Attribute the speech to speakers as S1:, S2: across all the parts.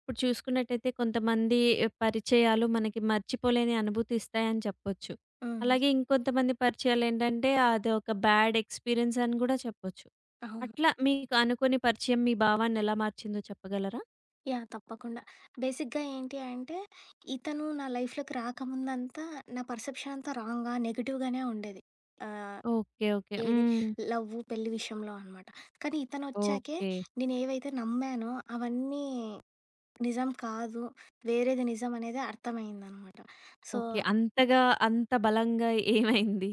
S1: ఇప్పుడు చూసుకున్నట్టయితే కొంతమంది పరిచయాలు మనకి మర్చిపోలేని అనుభూతి ఇస్తాయని చెప్పొచ్చు.
S2: హ్మ్.
S1: అలాగే ఇంకొంతమంది పరిచయాలేంటంటే అదొక బ్యాడ్ ఎక్స్‌పీరియన్స్ అని గూడా చెప్పొచ్చు.
S2: అవును.
S1: అట్లా మీకు అనుకోని పరిచయం మీ భావాన్ని ఎలా మార్చిందో చెప్పగలరా?
S2: తప్పకుండా. బేసిక్‌గా ఏంటి అంటే, ఇతను నా లైఫ్‌లోకి రాకముందంతా నా పర్సెప్షన్ అంతా రాంగ్‌గా, నెగెటివ్‌గానే ఉండేది. ఆహ్,
S1: ఓకే. ఓకే.
S2: ఏది
S1: హ్మ్.
S2: లవ్వు, పెళ్లి విషయంలో అనమాట. కానీ ఇతనొచ్చాకే
S1: ఓకే.
S2: నేనేవైతే నమ్మానో అవన్నీ నిజం కాదు, వేరేది నిజం అనేది అర్థమైందనమాట. So
S1: okay. అంతగా అంత బలంగా ఏమైంది?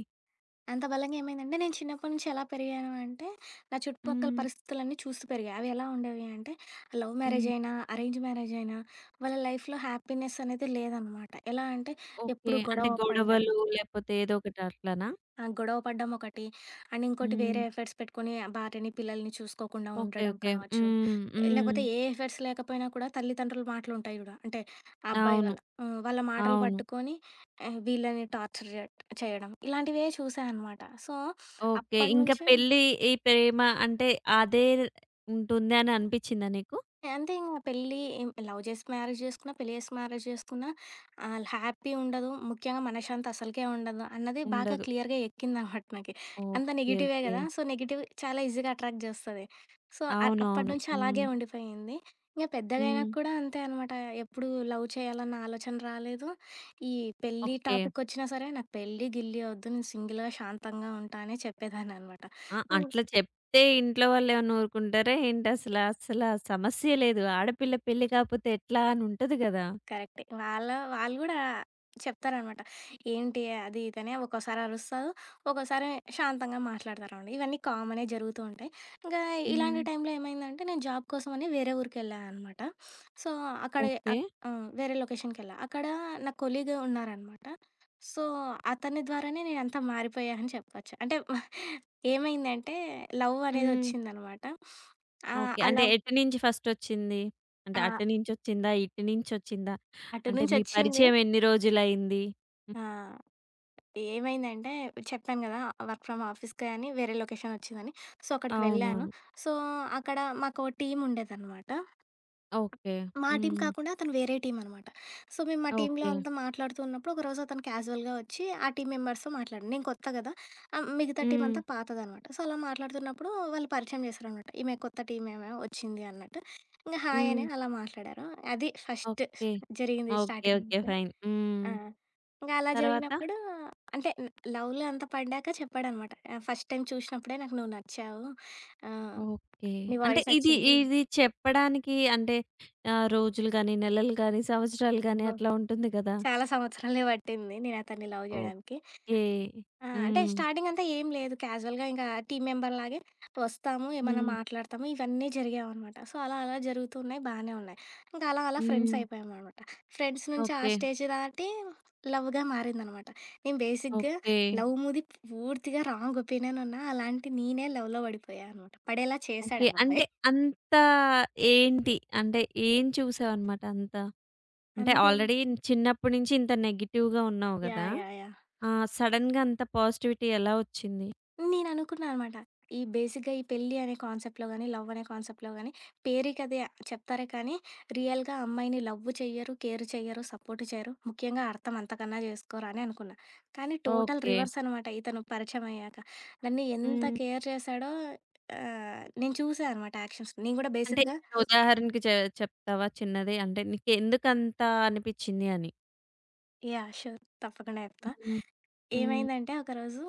S2: అంత బలంగా ఏమైందంటే, నేను చిన్నప్పటి నుంచి ఎలా పెరిగాను అంటే, నా చుట్టుపక్కల
S1: హ్మ్.
S2: పరిస్థితులన్నీ చూస్తూ పెరిగా. అవి ఎలా ఉండేవి అంటే, లవ్ మ్యారేజ్
S1: హ్మ్.
S2: అయినా, అరేంజ్ మ్యారేజ్ అయినా, వాళ్ళ లైఫ్‌లో హ్యాపీనెస్ అనేది లేదనమాట. ఎలా అంటే,
S1: ఓకే.
S2: ఎప్పుడు
S1: అంటే
S2: గొడవ పడ్డం.
S1: గొడవలు లేపోతే ఏదో ఒకటి అట్లనా?
S2: గొడవ పడ్డం ఒకటి. అండ్ ఇంకోటి
S1: హ్మ్.
S2: వేరే ఎఫర్ట్స్ పెట్టుకొని భార్యని, పిల్లల్ని చూసుకోకుండా
S1: ఓకే.
S2: ఉండడం
S1: ఓకే.
S2: కావచ్చు.
S1: హ్మ్. హ్మ్.
S2: లేకపోతే ఏ ఎఫర్ట్స్ లేకపోయినా కూడా తల్లిదండ్రుల మాటలుంటాయి చూడు. అంటే ఆ అబ్బాయి
S1: అవును.
S2: వాళ్ళ వాళ్ళ మాటలు
S1: అవును.
S2: పట్టుకొని వీళ్ళని టార్చర్ జే చేయడం. ఇలాంటివే చూసా అనమాట. So,
S1: okay. ఇంక
S2: అప్పటినుంచి
S1: పెళ్లి ఈ ప్రేమ అంటే అదే ఉంటుంది అని అనిపిచ్చిందా నీకు?
S2: అంతే ఇంగ పెళ్లి ఏం లవ్ చేసి మ్యారేజ్ చేసుకున్నా, పెళ్లి చేసి మ్యారేజ్ చేసుకున్నా ఆల్ హ్యాపీ ఉండదు. ముఖ్యంగా మనశ్శాంతి అసలుకే ఉండదు అన్నది బాగా
S1: ఉండదు.
S2: క్లియర్‌గా ఎక్కిందనమాట నాకి. అంతా
S1: ఓకే.
S2: నెగెటివే
S1: ఓకే.
S2: గదా! సో, నెగెటివ్ చాలా ఈజీగా అట్రాక్ట్ జేస్తది. సో, అ హ్మ్.
S1: అవునవును.
S2: అప్పటినుంచి
S1: హ్మ్.
S2: అలాగే ఉండిపోయింది. ఇంగ
S1: హ్మ్.
S2: పెద్దగయినాక కూడా అంతే అనమాట. ఎప్పుడు లవ్ చేయాలన్న ఆలోచన రాలేదు. ఈ పెళ్లి
S1: ఓకే.
S2: టాపికొచ్చినా సరే నాకు పెళ్లి, గిల్లి ఒద్దు. నేను సింగిల్‌గా శాంతంగా ఉంటా అనే చెప్పేదాన్ననమాట.
S1: ఆ!
S2: ఇం
S1: అట్లా చెప్తే ఇంట్లో వాళ్ళేమన్నా ఊరుకుంటారా ఏంటి అసల? అసలా సమస్యే లేదు. ఆడపిల్ల పెళ్లి కాపోతే ఎట్లా అని ఉంటది గదా!
S2: కరెక్టే. వాళ్ళు గూడా చెప్తారనమాట. ఏంటి అది ఇదని ఒక్కోసారి అరుస్తారు. ఒక్కోసారి శాంతంగా మాట్లాడతారనమాట. ఇవన్నీ కామనే జరుగుతూ ఉంటాయి. ఇంకా
S1: హ్మ్.
S2: ఇలాంటి టైంలో ఏమైందంటే నేను జాబ్ కోసమని వేరే ఊరికెళ్ళా అనమాట. సో, అక్కడ
S1: ఓకే.
S2: అక్ హ్మ్. వేరే లొకేషన్‌కెళ్ళా. అక్కడ నా కొలీగ్ ఉన్నారనమాట. సో, అతని ద్వారానే నేనంతా మారిపోయా అని చెప్పొచ్చు. అంటే ఏమైందంటే లవ్
S1: హ్మ్.
S2: అనేదొచ్చిందనమాట.
S1: ఓకే.
S2: ఆ
S1: అంటే
S2: లవ్
S1: ఎటు నుంచి ఫస్టొచ్చింది? అంటే
S2: ఆ!
S1: అటు నుంచొచ్చిందా? ఇటు నుంచొచ్చిందా?
S2: అటు
S1: అంటే మీ
S2: నుంచొచ్చింది.
S1: పరిచయం ఎన్ని రోజులయింది? హ్మ్.
S2: ఆ! ఏమైందంటే చెప్పాను కదా! వర్క్ ఫ్రమ్ ఆఫీస్‌కే అని వేరే లొకేషన్ వచ్చిందని. సో, అక్కడికి వెళ్ళాను.
S1: అవునవును.
S2: సో, అక్కడ మాకో టీమ్ ఉండేదనమాట.
S1: ఓకే.
S2: మా టీమ్
S1: హ్మ్.
S2: కాకుండా అతను వేరే టీమ్ అనమాట. సో, మేము మా టీమ్‌లో
S1: ఓకే.
S2: అంతా మాట్లాడుతూ ఉన్నప్పుడు ఒకరోజు అతను క్యాజువల్‌గా వచ్చి ఆ టీమ్ మెంబర్స్‌తో మాట్లాడాడు. నేను కొత్త కదా! మిగతా టీమ్
S1: హ్మ్.
S2: అంతా పాతదనమాట. సో, అలా మాట్లాడుతున్నప్పుడు వాళ్ళు పరిచయం చేశారనమాట. ఈమె కొత్త టీమ్ ఆమె వచ్చింది అన్నట్టు. ఇంక హాయ్
S1: హ్మ్.
S2: అని అలా మాట్లాడారు. అది ఫస్ట్
S1: ఓకే.
S2: జరిగింది
S1: ఓకే.
S2: స్టార్టింగ్.
S1: ఓకే. ఫైన్. హ్మ్.
S2: ఆ! ఇంక అలా
S1: తర్వాత?
S2: జరిగినప్పుడు అంటే లవ్‌లో అంతా పడ్డాక చెప్పాడనమాట. ఫస్ట్ టైమ్ చూసినప్పుడే నాకు నువ్వు నచ్చావు. ఆహ్,
S1: ఓకే.
S2: నీ
S1: అంటే
S2: వాయిస్
S1: ఇది
S2: నచ్చింది.
S1: ఇది చెప్పడానికి అంటే రోజులు గాని, నెలలు గాని, సంవత్సరాలు గాని
S2: అబ్బో!
S1: అట్లా ఉంటుంది కదా!
S2: చాలా సంవత్సరాలే పట్టింది నేను అతన్ని లవ్
S1: ఓకే.
S2: జేయడానికి. అంటే
S1: హ్మ్.
S2: స్టార్టింగ్ అంతా ఏం లేదు. క్యాజువల్‌గా ఇంకా టీమ్ మెంబర్‌లాగే వస్తాము, ఏమన్నా
S1: హ్మ్.
S2: మాట్లాడతాము, ఇవన్నీ జరిగావనమాట. సో, అలా అలా జరుగుతున్నాయి బానే ఉన్నాయి. ఇంకా అలా అలా ఫ్రెండ్స్
S1: హ్మ్.
S2: అయిపోయామనమాట. ఫ్రెండ్స్ నుంచి ఆ
S1: ఓకే.
S2: స్టేజ్ దాటి లవ్‌గా మారిందనమాట. నేను బేసిక్‌గా
S1: ఓకే.
S2: లవ్ మూది పూర్తిగా రాంగ్ ఒపీనియన్ ఉన్నా, అలాంటి నేనే లవ్‌లో పడిపోయా అనమాట. పడేలా చేశాడు
S1: ఓకే.
S2: ఆ
S1: అంటే
S2: అబ్బాయి.
S1: అంత ఏంటి? అంటే ఏం చూసావనమాట అంత? అంటే
S2: అంతే.
S1: ఆల్రెడీ చిన్నప్పటి నుంచి ఇంత నెగెటివ్‌గా ఉన్నావు గదా!
S2: యాహ్! యాహ్! యాహ్!
S1: సడెన్‌గా అంత పాజిటివిటీ ఎలా వచ్చింది?
S2: నేననుకున్నా అనమాట. ఈ బేసిక్‌గా ఈ పెళ్లి అనే కాన్సెప్ట్‌లో గాని, లవ్ అనే కాన్సెప్ట్‌లో గాని పేరుకదే చెప్తారే కానీ, రియల్‌గా అమ్మాయిని లవ్ చెయ్యరు, కేర్ చెయ్యరు, సపోర్ట్ చెయ్యరు. ముఖ్యంగా అర్థం అంతకన్నా జేసుకోరు అని అనుకున్నా. కానీ టోటల్
S1: ఓకే.
S2: రివర్స్ అనమాట ఇతను పరిచయమయ్యాక. నన్ను ఎంత
S1: హ్మ్.
S2: కేర్ చేశాడో నేను చూసా అనమాట యాక్షన్స్. నేను గూడా
S1: అంటే
S2: బేసిక్‌గా
S1: ఏదైనా ఉదాహరణకి చెప్తావా చిన్నది? అంటే నీకెందుకంత అనిపిచ్చింది అని?
S2: యాహ్! షూర్. తప్పకుండా చెప్తా.
S1: హ్మ్. హ్మ్.
S2: ఏమైందంటే ఒకరోజు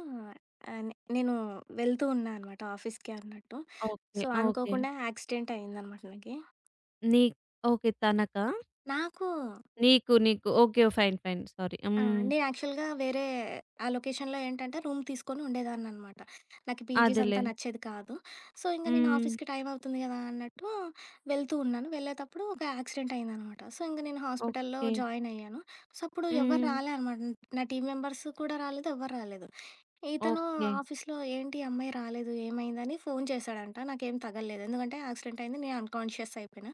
S2: ఆహ్, నే నేను వెళ్తూ ఉన్నా అనమాట ఆఫీస్‌కి అన్నట్టు.
S1: ఓకే.
S2: So,
S1: okay.
S2: అనుకోకుండా యాక్సిడెంట్ అయిందనమాట నాకి.
S1: నీ ఓకే. తనకా?
S2: నాకు
S1: నీకు నీకు. ఓకే. ఫైన్. ఫైన్. సారీ. హ్మ్.
S2: నేను యాక్చువల్‌గా వేరే ఆ లొకేషన్‌లో ఏంటంటే రూమ్ తీసుకొని ఉండేదాన్ననమాట. నాకు పీజీస్
S1: అదేలే.
S2: అంతా నచ్చేది కాదు. సో, ఇంక నేను
S1: హ్మ్.
S2: ఆఫీస్‌కి టైం అవుతుంది కదా అన్నట్టు వెళ్తూ ఉన్నాను. వెళ్ళేతప్పుడు ఒక యాక్సిడెంట్ అయిందనమాట. సో, ఇంక నేను హాస్పిటల్‌లో
S1: ఓకే.
S2: జాయిన్ అయ్యాను. సో, అప్పుడు ఎవరు
S1: హ్మ్.
S2: రాలే అనమాట. నా టీమ్ మెంబర్స్ కూడా రాలేదు, ఎవ్వరు రాలేదు. ఇతను
S1: ఓకే.
S2: ఆఫీస్‌లో ఏంటి ఈ అమ్మాయి రాలేదు, ఏమైందని ఫోన్ చేశాడంట. నాకేం తగలలేదు. ఎందుకంటే యాక్సిడెంట్ అయింది. నేను అన్‌కాన్షియస్ అయిపోయినా.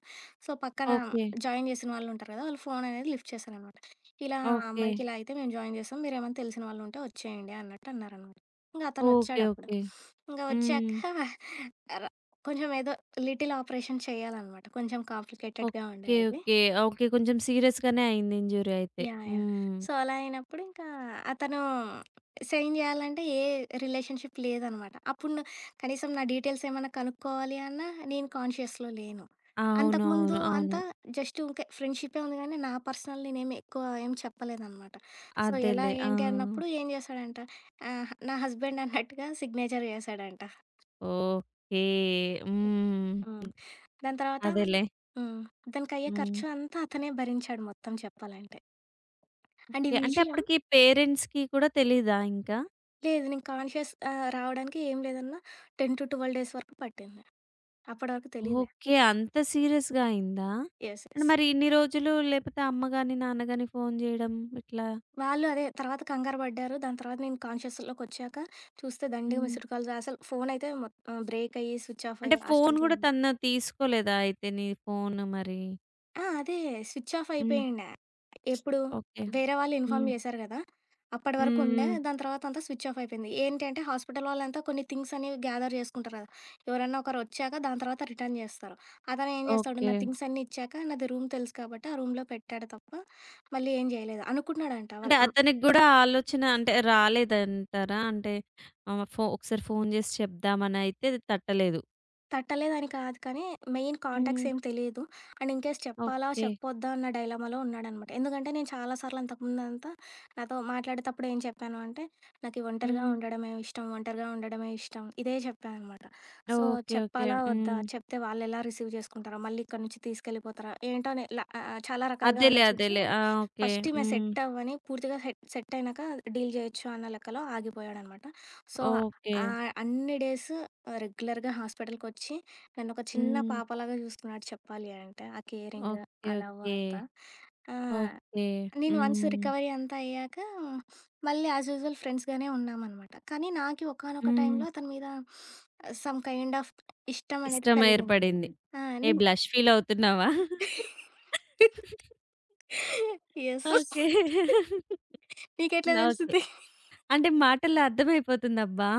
S2: సో, పక్కన
S1: ఓకే.
S2: జాయిన్ చేసిన వాళ్ళుంటారు కదా! వాళ్ళు ఫోన్ అనేది లిఫ్ట్ చేశారనమాట. ఇలా ఆ
S1: ఓకే.
S2: అమ్మాయికి ఇలా అయితే మేము జాయిన్ చేసాం. మీరేమన్నా తెలిసిన వాళ్ళుంటే వచ్చేయండి అన్నట్టు అన్నారనమాట. ఇంక
S1: ఓకే.
S2: అతనొచ్చాడప్పుడు.
S1: ఓకే.
S2: ఇంక వచ్చాక
S1: హ్మ్.
S2: ర కొంచెం ఏదో లిటిల్ ఆపరేషన్ చేయాలనమాట. కొంచెం కాంప్లికేటెడ్‌గా ఉండే
S1: ఓకే.
S2: అది.
S1: ఓకే. ఓకే. కొంచెం సీరియస్‌గానే అయింది ఇంజ్యూరీ అయితే.
S2: యాహ్! యాహ్!
S1: హ్మ్.
S2: సో, అలా అయినప్పుడు ఇంకా అతను సైన్ జేయాలంటే ఏ రిలేషన్‌షిప్ లేదనమాట. అప్పుడు కనీసం నా డీటెయిల్స్ ఏమన్నా కనుక్కోవాలి అన్నా నేను కాన్షియస్‌లో లేను. అంతకుముందు
S1: అవునవును. అవును.
S2: అంతా జస్ట్ ఊకే ఫ్రెండ్‌షిప్పే ఉంది గానీ, నా పర్సనల్ నేనేమి ఎక్కువ ఏం చెప్పలేదనమాట. సో, ఎలా
S1: అదేలే. ఆ!
S2: ఏంటి అన్నప్పుడు ఏం జేశాడంట నా హస్బెండ్ అన్నట్టుగా సిగ్నేచర్ జేశాడంట.
S1: ఓకే. హ్మ్.
S2: హ్మ్. దాని తర్వాత
S1: అదేలే.
S2: హ్మ్. దానికయ్యే
S1: హ్మ్.
S2: ఖర్చు అంతా అతనే భరించాడు మొత్తం చెప్పాలంటే. అండ్ ఈ
S1: ఓకే. అంటే
S2: విషయం
S1: అప్పటికి పేరెంట్స్‌కి కూడా తెలీదా ఇంకా?
S2: లేదు. నేను కాన్షియస్ రావడానికి ఏం లేదన్నా 10-12 డేస్ వరకు పట్టింది. అప్పటి వరకు తెలీలే.
S1: ఓకే. అంత సీరియస్‌గా అయిందా?
S2: యెస్.
S1: అంటే
S2: యెస్.
S1: మరి ఇన్ని రోజులు లేపోతే అమ్మ గాని, నాన్న గాని ఫోను జేయడం ఇట్లా?
S2: వాళ్ళు అదే తర్వాత కంగారు పడ్డారు. దాని తర్వాత నేను కాన్షియస్‌లోకొచ్చాక చూస్తే దండిగా
S1: హ్మ్.
S2: మిస్డ్ కాల్స్ అసలు ఫోనయితే బ్రేక్ అయ్యి స్విచ్ ఆఫ్
S1: అంటే
S2: అయ్యి ఆ
S1: ఫోను
S2: స్టేజ్‌లో
S1: గూడా
S2: ఉంది.
S1: తను తీసుకోలేదా అయితే నీ ఫోను మరి?
S2: అదే స్విచ్ ఆఫ్
S1: హ్మ్.
S2: అయిపోయిండా. ఎప్పుడు?
S1: ఓకే.
S2: వేరే వాళ్ళు ఇన్ఫార్మ్
S1: హ్మ్.
S2: చేశారు గదా! అప్పటి వరకు
S1: హ్మ్.
S2: ఉండే.
S1: హ్మ్.
S2: దాని తర్వాత అంతా స్విచ్ ఆఫ్ అయిపోయింది. ఏంటి అంటే హాస్పిటల్ వాళ్ళంతా కొన్ని థింగ్స్ అనేవి గ్యాదర్ చేసుకుంటారు గదా! ఎవరన్నా ఒకరొచ్చాక దాని తర్వాత రిటర్న్ చేస్తారు. అతను ఏం చేస్తాడు
S1: ఓకే.
S2: నా థింగ్స్ అన్నీ ఇచ్చాక నాది రూమ్ తెలుసు కాబట్టి ఆ రూమ్‌లో పెట్టాడు తప్ప మళ్ళీ ఏం చేయలేదు. అనుకున్నాడంట
S1: అంటే
S2: వాళ్ళు
S1: అతనికి గూడా ఆలోచన అంటే రాలేదంటారా? అంటే ఆహ్, ఫో ఒకసారి ఫోను జేసి చెప్దామనయితే తట్టలేదు.
S2: తట్టలేదని కాదు కానీ, మెయిన్ కాంటాక్ట్స్
S1: హ్మ్.
S2: ఏం తెలీదు. అండ్ ఇన్‌కేస్ చెప్పాలా?
S1: ఓకే.
S2: చెప్పొద్దా? అన్న డైలమాలో ఉన్నాడనమాట. ఎందుకంటే నేను చాలా సార్లు అంతకుముందంతా నాతో మాట్లాడేటప్పుడు ఏం చెప్పాను అంటే, "నాకు ఈ ఒంటరిగా
S1: హ్మ్.
S2: ఉండడమే ఇష్టం. ఒంటరిగా ఉండడమే ఇష్టం." ఇదే చెప్పాను అనమాట. So,
S1: okay. ఓకే.
S2: చెప్పాలా? వద్దా?
S1: హ్మ్.
S2: చెప్తే వాళ్ళెలా రిసీవ్ చేసుకుంటారో? మళ్ళీ ఇక్కడి నుంచి తీసుకెళ్ళిపోతారా? ఏంటో అని ఇలా ఆహ్, ఆహ్, చాలా రకాలుగా
S1: అదేలే.
S2: ఆలోచించి
S1: అదేలే. ఆ! ఓకే.
S2: ఫస్ట్ ఈమె
S1: హ్మ్.
S2: సెట్ అవ్వని, పూర్తిగా సెట్ సెట్ అయినాక డీల్ చేయొచ్చు అన్న లెక్కలో ఆగిపోయాడనమాట. So,
S1: okay.
S2: అన్ని డేస్ రెగ్యులర్‌గా హాస్పిటల్‌కొచ్చి నన్నొక చిన్న
S1: హ్మ్.
S2: పాపలాగా చూసుకున్నాడు చెప్పాలి అంటే. ఆ కేరింగ్,
S1: ఓకే.
S2: ఆ లవ్
S1: ఓకే.
S2: అంతా. ఆ!
S1: ఓకే.
S2: నేను వన్స్
S1: హ్మ్.
S2: రికవరీ అంతా అయ్యాక మళ్ళీ యాజ్ యూజువల్ ఫ్రెండ్స్‌గానే ఉన్నామనమాట. కానీ నాకి ఒకానొక
S1: హ్మ్.
S2: టైంలో అతని మీద సమ్ కైండ్ ఆఫ్ ఇష్టం అనేది
S1: ఇష్టం
S2: కలిగింది.
S1: ఏర్పడింది.
S2: ఆ!
S1: ఏ
S2: నేను
S1: బ్లష్ ఫీల్ అవుతున్నావా?
S2: యెస్.
S1: ఓకే.
S2: నీకెట్లా
S1: ఓకే.
S2: తెలిసింది?
S1: అంటే మాటల్లో అర్థమైపోతుందబ్బా!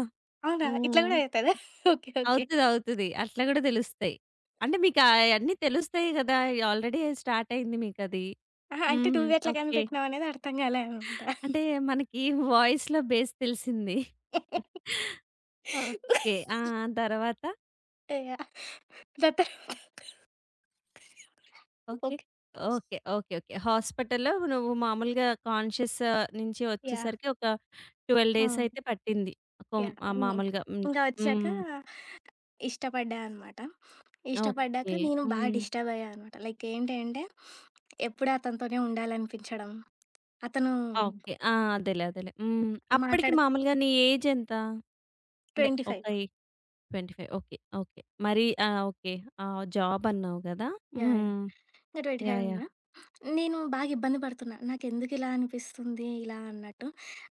S2: అవునా? ఇట్లా
S1: హ్మ్.
S2: గూడా అయితదా? ఓకే. ఓకే.
S1: అవుతది. అవుతది. అట్లా గూడా తెలుస్తాయి. అంటే మీకు ఆయన్నీ తెలుస్తాయి గదా! ఆల్రెడీ స్టార్ట్ అయింది మీకది.
S2: అహా! అంటే
S1: హ్మ్.
S2: నువ్వెట్లా
S1: ఓకే.
S2: కనిపెట్టినావనేది అర్థం కాలే అనమాట.
S1: అంటే మనకి వాయిస్‌లో బేస్ తెలిసింది. ఓకే. ఆ! తర్వాత?
S2: యాహ్! దాని తర్వాత
S1: okay.
S2: Okay.
S1: Okay. Okay. Okay. హాస్పిటల్‌లో నువ్వు మామూలుగా కాన్షియస్ నుంచి
S2: యాహ్!
S1: వచ్చేసరికి ఒక 12
S2: ఆ!
S1: డేస్ అయితే పట్టింది.
S2: యాహ్!
S1: మామూలుగా. హ్మ్.
S2: ఇంక వచ్చాక
S1: హ్మ్.
S2: ఇష్టపడ్డా అనమాట. ఇష్టపడ్డాక
S1: ఓకే.
S2: నేను బాగా
S1: హ్మ్.
S2: డిస్టర్బ్ అయ్యా అనమాట. లైక్ ఏంటి అంటే, ఎప్పుడు అతనితోనే ఉండాలనిపించడం. అతను
S1: ఓకే. ఆ! అదేలే. అదేలే. హ్మ్. అప్పటికి
S2: మాట్లాడ
S1: మామూలుగా నీ ఏజ్ ఎంత? అంటే
S2: 25
S1: ఒక
S2: యాహ్!
S1: ఎ 25 ఓకే. ఓకే. మరి ఆ! ఓకే. ఆ! జాబ్ అన్నావు గదా!
S2: యాహ్!
S1: హ్మ్.
S2: నేను
S1: యాహ్!
S2: 25
S1: యాహ్!
S2: ఉన్నా. నేను బాగా ఇబ్బంది పడుతున్నా. నాకెందుకిలా అనిపిస్తుంది ఇలా అన్నట్టు.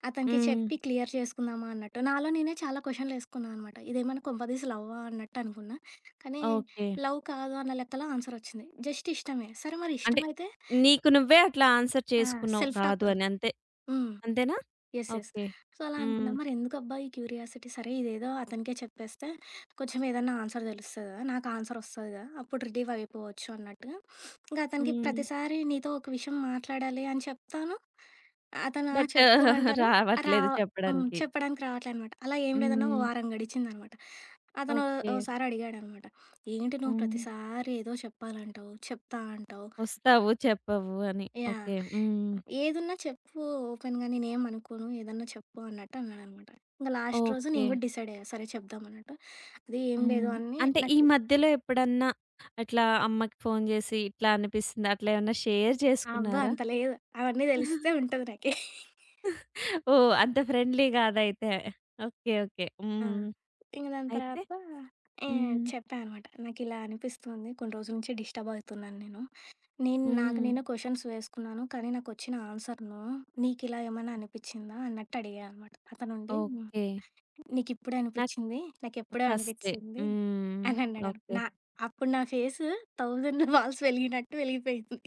S2: అతనికి
S1: హ్మ్.
S2: చెప్పి క్లియర్ చేసుకుందామా అన్నట్టు. నాలో నేనే చాలా క్వెషన్‌లేసుకున్నా అనమాట. ఇదేమన్నా కొంపదీసి లవ్వా అన్నట్టు అనుకున్నా. కానీ
S1: ఓకే.
S2: లవ్ కాదు అన్న లెక్కలో ఆన్సరొచ్చింది. జస్ట్ ఇష్టమే. సరే మరి
S1: అంటే
S2: ఇష్టమైతే
S1: నీకు నువ్వే అట్లా ఆన్సర్
S2: ఆ!
S1: చేసుకున్నావు
S2: సెల్ఫ్ టాక్
S1: కాదు అని. అంతే.
S2: హ్మ్.
S1: అంతేనా?
S2: యెస్. యెస్.
S1: ఓకే.
S2: సో, అలా
S1: హ్మ్.
S2: అనుకున్నా. మరెందుకబ్బా ఈ క్యూరియాసిటీ? సరే ఇదేదో అతనికే చెప్పేస్తే కొంచెం ఏదన్నా ఆన్సర్ తెలుస్తది గదా! నాకు ఆన్సర్ వస్తది గదా! అప్పుడు రిలీవ్ అయిపోవచ్చు అన్నట్టుగా. ఇంకా అతనికి
S1: హ్మ్.
S2: ప్రతిసారి నీతో ఒక విషయం మాట్లాడాలి అని చెప్తాను. అతను ఆ!
S1: బట్
S2: చెప్పు అంటారు. రా
S1: రావట్లేదు
S2: హ్మ్.
S1: చెప్పడానికి.
S2: చెప్పడానికి రావట్లేదనమాట. అలా ఏం లేదన్నా ఓ
S1: హ్మ్.
S2: వారం గడిచిందనమాట. అతను ఓ-
S1: ఓకే.
S2: ఓసారి అడిగాడనమాట. ఏంటి నువ్వు
S1: హ్మ్.
S2: ప్రతిసారి ఏదో చెప్పాలంటావు, చెప్తా అంటావు.
S1: వస్తావు చెప్పవు అని.
S2: యాహ్!
S1: ఓకే. హ్మ్.
S2: ఏదున్నా చెప్పు ఓపెన్‌గా నేనేమనుకోను. ఏదన్నా చెప్పు అన్నట్టు అన్నాడనమాట. ఇంక లాస్ట్ రోజు
S1: ఓకే.
S2: నేను గూడా డిసైడ్ అయ్యా. సరే చెప్దాం అన్నట్టు. అది ఏం
S1: హ్మ్.
S2: లేదు అని
S1: అంటే ఈ
S2: నాకు
S1: మధ్యలో ఎప్పుడన్నా అట్లా అమ్మకి ఫోను జేసి ఇట్లా అనిపిస్తుంది అట్లా ఏమన్నా షేర్
S2: ఆ అబ్బా!
S1: చేసుకున్నారా?
S2: అంత లేదు. అవన్నీ తెలిస్తే ఉంటది నాకి.
S1: ఓహ్! అంత ఫ్రెండ్లీ గాదైతే. ఓకే. ఓకే.
S2: ఆ!
S1: హ్మ్.
S2: ఇంక దాని
S1: అయితే?
S2: తర్వాత
S1: హ్మ్.
S2: చెప్పా అనమాట. నాకిలా అనిపిస్తుంది. కొన్ని రోజుల నుంచి డిస్టర్బ్ అవుతున్నాను నేను. నేను నాకు
S1: హ్మ్.
S2: నేనే క్వెషన్స్ వేసుకున్నాను. కానీ నాకొచ్చిన ఆన్సర్ నో. నీకిలా ఏమైనా అనిపిచ్చిందా అన్నట్టు అడిగా అనమాట. అతనుండి
S1: ఓకే.
S2: నీకిప్పుడు అనిపిచ్చింది. నాకెప్పుడో
S1: ఫస్టే.
S2: అనిపిచ్చింది"
S1: హ్మ్.
S2: అని అన్నాడను.
S1: ఓకే.
S2: అప్పుడు నా ఫేసు 1000 వాల్స్ వెలిగినట్టు వెలిగిపోయింది.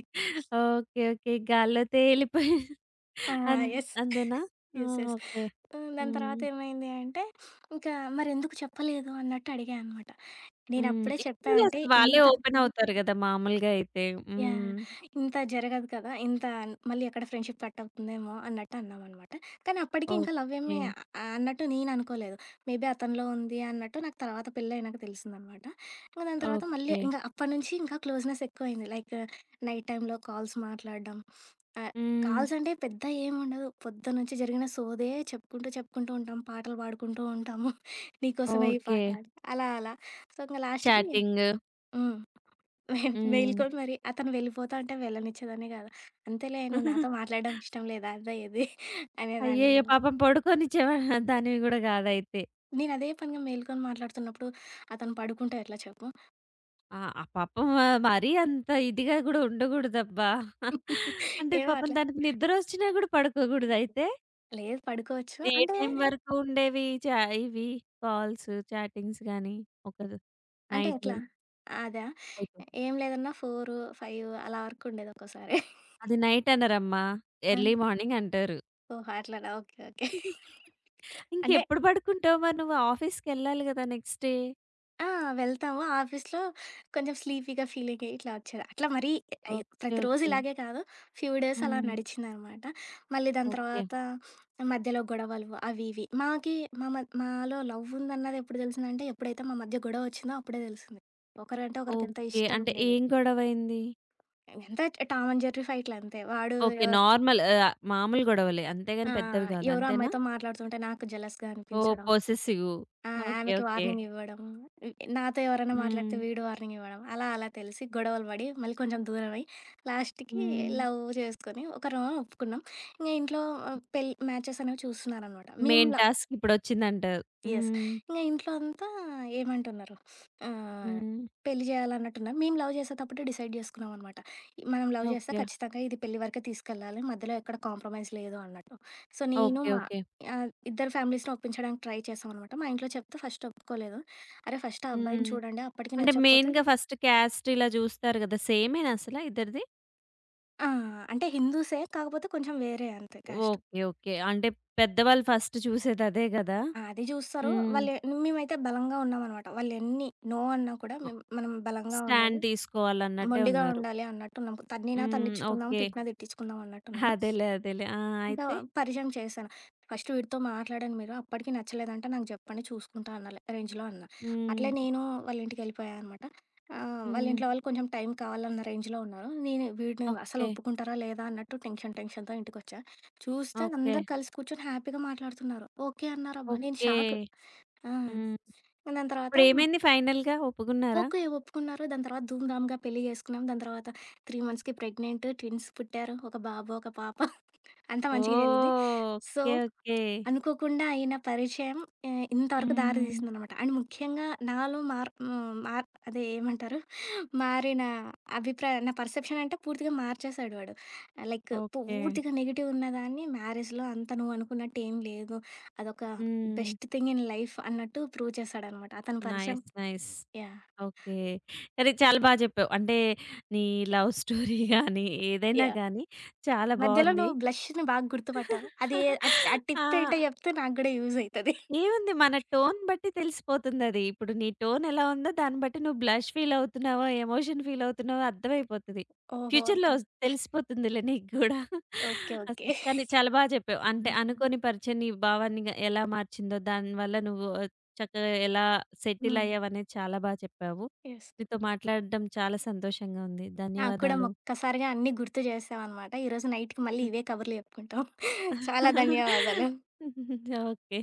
S1: ఓకే. ఓకే. గాల్లో తేలిపోయి
S2: ఆ!
S1: అన్
S2: యెస్.
S1: అంతేనా? ఆ!
S2: యెస్.
S1: ఓకే.
S2: దాని
S1: హ్మ్.
S2: తర్వాత ఏమైంది అంటే, ఇంకా మరెందుకు చెప్పలేదు అన్నట్టు అడిగా అనమాట.
S1: హ్మ్.
S2: నేనప్పుడే చెప్పా
S1: ఇంటర్వ్యూలో
S2: అంటే
S1: అసలు వాళ్ళే
S2: ఇంత
S1: ఓపెన్ అవుతారు గదా! మామూలుగా అయితే.
S2: యాహ్!
S1: హ్మ్.
S2: ఇంత జరగదు కదా! ఇంత మళ్ళీ ఎక్కడ ఫ్రెండ్‌షిప్ కట్ అవుతుందేమో అన్నట్టు అన్నామనమాట. కానీ అప్పటికి ఇంకా లవ్
S1: ఓకే.
S2: ఏమి అన్నట్టు నేను అనుకోలేదు. మేబీ అతనిలో ఉంది అన్నట్టు నాకు తర్వాత పెళ్లయినాక తెలిసిందనమాట. ఇంక దాని తర్వాత మళ్ళీ
S1: ఓకే.
S2: ఇంక అప్పటినుంచి ఇంకా క్లోజ్‌నెస్ ఎక్కువైంది. లైక్ నైట్ టైమ్‌లో కాల్స్ మాట్లాడడం. ఆహ్,
S1: హ్మ్.
S2: కాల్స్ అంటే పెద్ద ఏముండదు. పొద్దున్నుంచి జరిగిన సోదే చెప్పుకుంటూ, చెప్పుకుంటూ ఉంటాం. పాటలు పాడుకుంటూ ఉంటాము. నీకోసమే ఈ అవును.
S1: ఓకే.
S2: పాట అలా అలా. సో, ఇంక లాస్ట్‌కి
S1: చాటింగ్.
S2: హ్మ్.
S1: హ్మ్.
S2: మేలుకొని మరి అతను వెళ్ళిపోతా అంటే వెళ్ళనిచ్చేదాన్ని కాదు. "అంతేలే నువ్వు నాతో మాట్లాడడం ఇష్టం లేదా అదా ఇది"
S1: అయ్యయ్యో!
S2: అనేదాన్ననమాట.
S1: పాపం పడుకోనిచ్చేవా దానివి గూడా గాదైతే.
S2: నేను అదే పనిగా మేలుకొని మాట్లాడుతున్నప్పుడు అతను పడుకుంటే ఎట్లా చెప్పు?
S1: ఆ! ఆ పాపం మరీ అంత ఇదిగా గూడా ఉండగూడదబ్బా! అంటే
S2: ఏమో
S1: పాపం
S2: అట్లా
S1: దానికి నిద్రొచ్చినా గూడా పడుకోగూడదైతే?
S2: లేదు పడుకోవచ్చు.
S1: ఏ
S2: అంటే
S1: టైం వరకు ఉండేవి చా ఇవి కాల్స్, చాటింగ్స్ గాని? ఒక
S2: అంటే
S1: నైట్
S2: ఎట్లా? అదా?
S1: అయితే
S2: ఏం లేదన్నా 4, 5 అలా వరకు ఉండేది ఒక్కోసారి.
S1: అది నైట్ అనరమ్మా.
S2: ఆ!
S1: ఎర్లీ మార్నింగ్ అంటారు.
S2: ఓహో! అట్లానా ఓకే. ఓకే. అంటే
S1: ఇంకెప్పుడు పడుకుంటావు మరి నువ్వు? ఆఫీస్‌కెళ్ళాలి గదా నెక్స్ట్ డే.
S2: ఆ! వెళ్తాము. ఆఫీస్‌లో కొంచెం స్లీపీగా ఫీలింగ్ ఇట్లా వచ్చేది. అట్లా మరీ
S1: ఓకే.
S2: ప్రతిరోజు
S1: ఓకే.
S2: ఇలాగే కాదు. ఫ్యూ డేస్ అలా
S1: హ్మ్.
S2: నడిచిందనమాట. మళ్ళీ దాని
S1: ఓకే.
S2: తర్వాత మధ్యలో గొడవలు అవి ఇవి. మాకి మా మ మాలో లవ్ ఉందన్నది ఎప్పుడు తెలిసిందంటే, ఎప్పుడైతే మా మధ్య గొడవ వచ్చిందో అప్పుడే తెలిసింది. ఒకరంటే ఒకరికెంత
S1: ఓకే.
S2: ఇష్టం
S1: అంటే
S2: లేదు.
S1: ఏం గొడవైంది?
S2: ఎంత టామ్ అండ్ జెర్రీ ఫైట్‌లంతే. వాడు
S1: ఓకే.
S2: ఎవరు
S1: నార్మల్ మామూలు గొడవలే.
S2: ఆ!
S1: అంతేగాని పెద్దవి కాదు.
S2: ఎవరో
S1: అంతేనా?
S2: అమ్మాయితో మాట్లాడుతుంటే నాకు జెలస్‌గా
S1: ఓహ్!
S2: అనిపించడం.
S1: పొసెసివ్.
S2: ఆ!
S1: ఓకే.
S2: ఆమెకి
S1: ఓకే.
S2: వార్నింగ్ ఇవ్వడం. ఇ నాతో ఎవరైనా
S1: హ్మ్.
S2: మాట్లాడితే వీడు వార్నింగ్ ఇవ్వడం. అలా అలా తెలిసి గొడవలు పడి, మళ్ళీ కొంచెం దూరమై, లాస్ట్‌కి
S1: హ్మ్.
S2: లవ్ చేసుకొని ఒకరం ఒప్పుకున్నాం. ఇంగ ఇంట్లో ఆహ్, పెళ్ మ్యాచెస్ అనేవి చూస్తున్నారనమాట. మేము
S1: మెయిన్
S2: ల
S1: టాస్క్ ఇప్పుడొచ్చిందంటారు.
S2: యెస్.
S1: హ్మ్.
S2: ఇంగ ఇంట్లో అంతా ఏమంటున్నారు, ఆహ్,
S1: హ్మ్.
S2: పెళ్లి చేయాలన్నట్టున్నారు. మేము లవ్ చేసేటప్పుడే డిసైడ్ చేసుకున్నామనమాట. మనం లవ్ చేస్తే
S1: ఓకే.
S2: ఖచ్చితంగా ఇది పెళ్లి వరకే తీసుకెళ్ళాలి. మధ్యలో ఎక్కడ కాంప్రమైజ్ లేదు అన్నట్టు. సో, నేను
S1: ఓకే.
S2: మా
S1: ఓకే.
S2: ఓకే. ఇద్దరు ఫ్యామిలీస్‌ని ఒప్పించడానికి ట్రై చేశామనమాట. మా ఇంట్లో చెప్తే ఫస్ట్ ఒప్పుకోలేదు. అరే! ఫస్ట్ ఆ అబ్బాయిని
S1: హ్మ్.
S2: చూడండి. అప్పటికి
S1: అంటే
S2: నచ్చకపోతే
S1: మెయిన్‌గా ఫస్ట్ క్యాస్ట్ ఇలా చూస్తారు గదా! సేమేనా అసలా ఇద్దరిది?
S2: ఆ! అంటే హిందూసే. కాకపోతే కొంచెం వేరే అంతే క్యాస్ట్.
S1: ఓకే. ఓకే. అంటే పెద్దవాళ్ళు ఫస్ట్ చూసేదదే గదా!
S2: అది చూస్తారు.
S1: హ్మ్.
S2: మేమైతే బలంగా ఉన్నామనమాట. వాళ్ళెన్ని నో అన్నా కూడా
S1: ఒ
S2: మేము మనం బలంగా ఉండాలి.
S1: స్టాండ్ తీసుకోవాలన్నట్టే
S2: మొండిగా
S1: ఉన్నారు.
S2: ఉండాలి అన్నట్టున్నాం. తన్నినా
S1: హ్మ్.
S2: తన్నించుకుందాం,
S1: ఓకే.
S2: తిట్టినా తిట్టించుకుందాం అన్నట్టున్నాం.
S1: అదేలే. అదేలే. ఆ!
S2: ఇంకా
S1: అయితే?
S2: పరిచయం చేశాను. "ఫస్ట్ వీడితో మాట్లాడండి మీరు, అప్పటికి నచ్చలేదంటే నాకు చెప్పండి చూసుకుంటా" అన్న లే రేంజ్‌లో అన్నా. అట్లే
S1: హ్మ్.
S2: నేను వాళ్ళ ఇంటికెళ్ళిపోయా అనమాట. వాళ్ళ
S1: హ్మ్.
S2: ఇంట్లో వాళ్ళు కొంచెం టైం కావాలన్న రేంజ్‌లో ఉన్నారు. నేను వీడిని అసలు
S1: ఓకే.
S2: ఒప్పుకుంటారా లేదా అన్నట్టు టెన్షన్‌తో ఇంటికొచ్చా. చూస్తే
S1: ఓకే.
S2: అందరూ కలిసి కూర్చొని హ్యాపీగా మాట్లాడుతున్నారు. ఓకే అన్నారబ్బా! నేను
S1: ఓకే.
S2: షాక్. ఆ!
S1: హ్మ్.
S2: దాని తర్వాత
S1: ఇప్పుడేమైంది ఫైనల్‌గా ఒప్పుకున్నారా?
S2: ఓకే. ఒప్పుకున్నారు. దాని తర్వాత ధూమ్ ధామ్‌గా పెళ్లి చేసుకున్నాం. దాని తర్వాత 3 మంత్స్‌కి ప్రెగ్నెంట్. ట్విన్స్ పుట్టారు. ఒక బాబు, ఒక పాప. అంతా మంచిగా జరిగింది.
S1: ఓహ్!
S2: So,
S1: okay. ఓకే.
S2: అనుకోకుండా అయిన పరిచయం ఇంతవరకు దారి
S1: హ్మ్.
S2: తీసిందనమాట. అండ్ ముఖ్యంగా నాలో మార్ హ్మ్, మార్ అదే ఏమంటారు? మారిన అభిప్రాయం నా పర్సెప్షన్ అంటే పూర్తిగా మార్చేసాడు వాడు. Like
S1: okay.
S2: పూర్తిగా నెగెటివ్ ఉన్నదాన్ని మ్యారేజ్‌లో అంత నువ్వు అనుకున్నట్టు ఏం లేదు. అదొక
S1: హ్మ్.
S2: బెస్ట్ థింగ్ ఇన్ లైఫ్ అన్నట్టు ప్రూవ్ చేశాడనమాట. అతని పరిచయం
S1: నైస్. నైస్.
S2: యాహ్!
S1: ఓకే. అది చాలా బా జెప్పావు. అంటే నీ లవ్ స్టోరీ గాని, ఏదైనా
S2: యాహ్!
S1: గాని చాలా
S2: మధ్యలో
S1: బావుంది.
S2: నువ్వు బ్లష్‌ని బాగా గుర్తుపట్టావు. అది ఏ- ఆ ఆ టిప్
S1: ఆ!
S2: ఏంటో చెప్తే నాకు గూడా యూజ్ అయితది.
S1: ఏముంది మన టోన్ బట్టి తెలిసిపోతుందది. ఇప్పుడు నీ టోన్ ఎలా ఉందో దాన్ని బట్టి నువ్వు బ్లష్ ఫీల్ అవుతున్నావో, ఎమోషన్ ఫీల్ అవుతున్నావో అర్థమైపోతది.
S2: ఓహో!
S1: ఫ్యూచర్‌లో
S2: అట్లా.
S1: తెలిసిపోతుందిలే నీకు గూడా.
S2: ఓకే.
S1: అస్
S2: ఓకే.
S1: కానీ చాలా బా చెప్పావు. అంటే అనుకోని పరిచయం నీ భావాన్ని ఎలా మార్చిందో, దానివల్ల నువ్వు చక్కగా ఎలా సెటిల్
S2: హ్మ్.
S1: అయ్యావనేది చాలా బా చెప్పావు.
S2: యెస్.
S1: నీతో మాట్లాడడం చాలా సంతోషంగా ఉంది.
S2: నాకు కూడా
S1: ధన్యవాదాలు.
S2: ఒక్కసారిగా అన్నీ గుర్తు చేసావనమాట. ఈరోజు నైట్‌కి మళ్ళీ ఇవే కబుర్లు చెప్పుకుంటాం. చాలా ధన్యవాదాలు.
S1: ఓకే.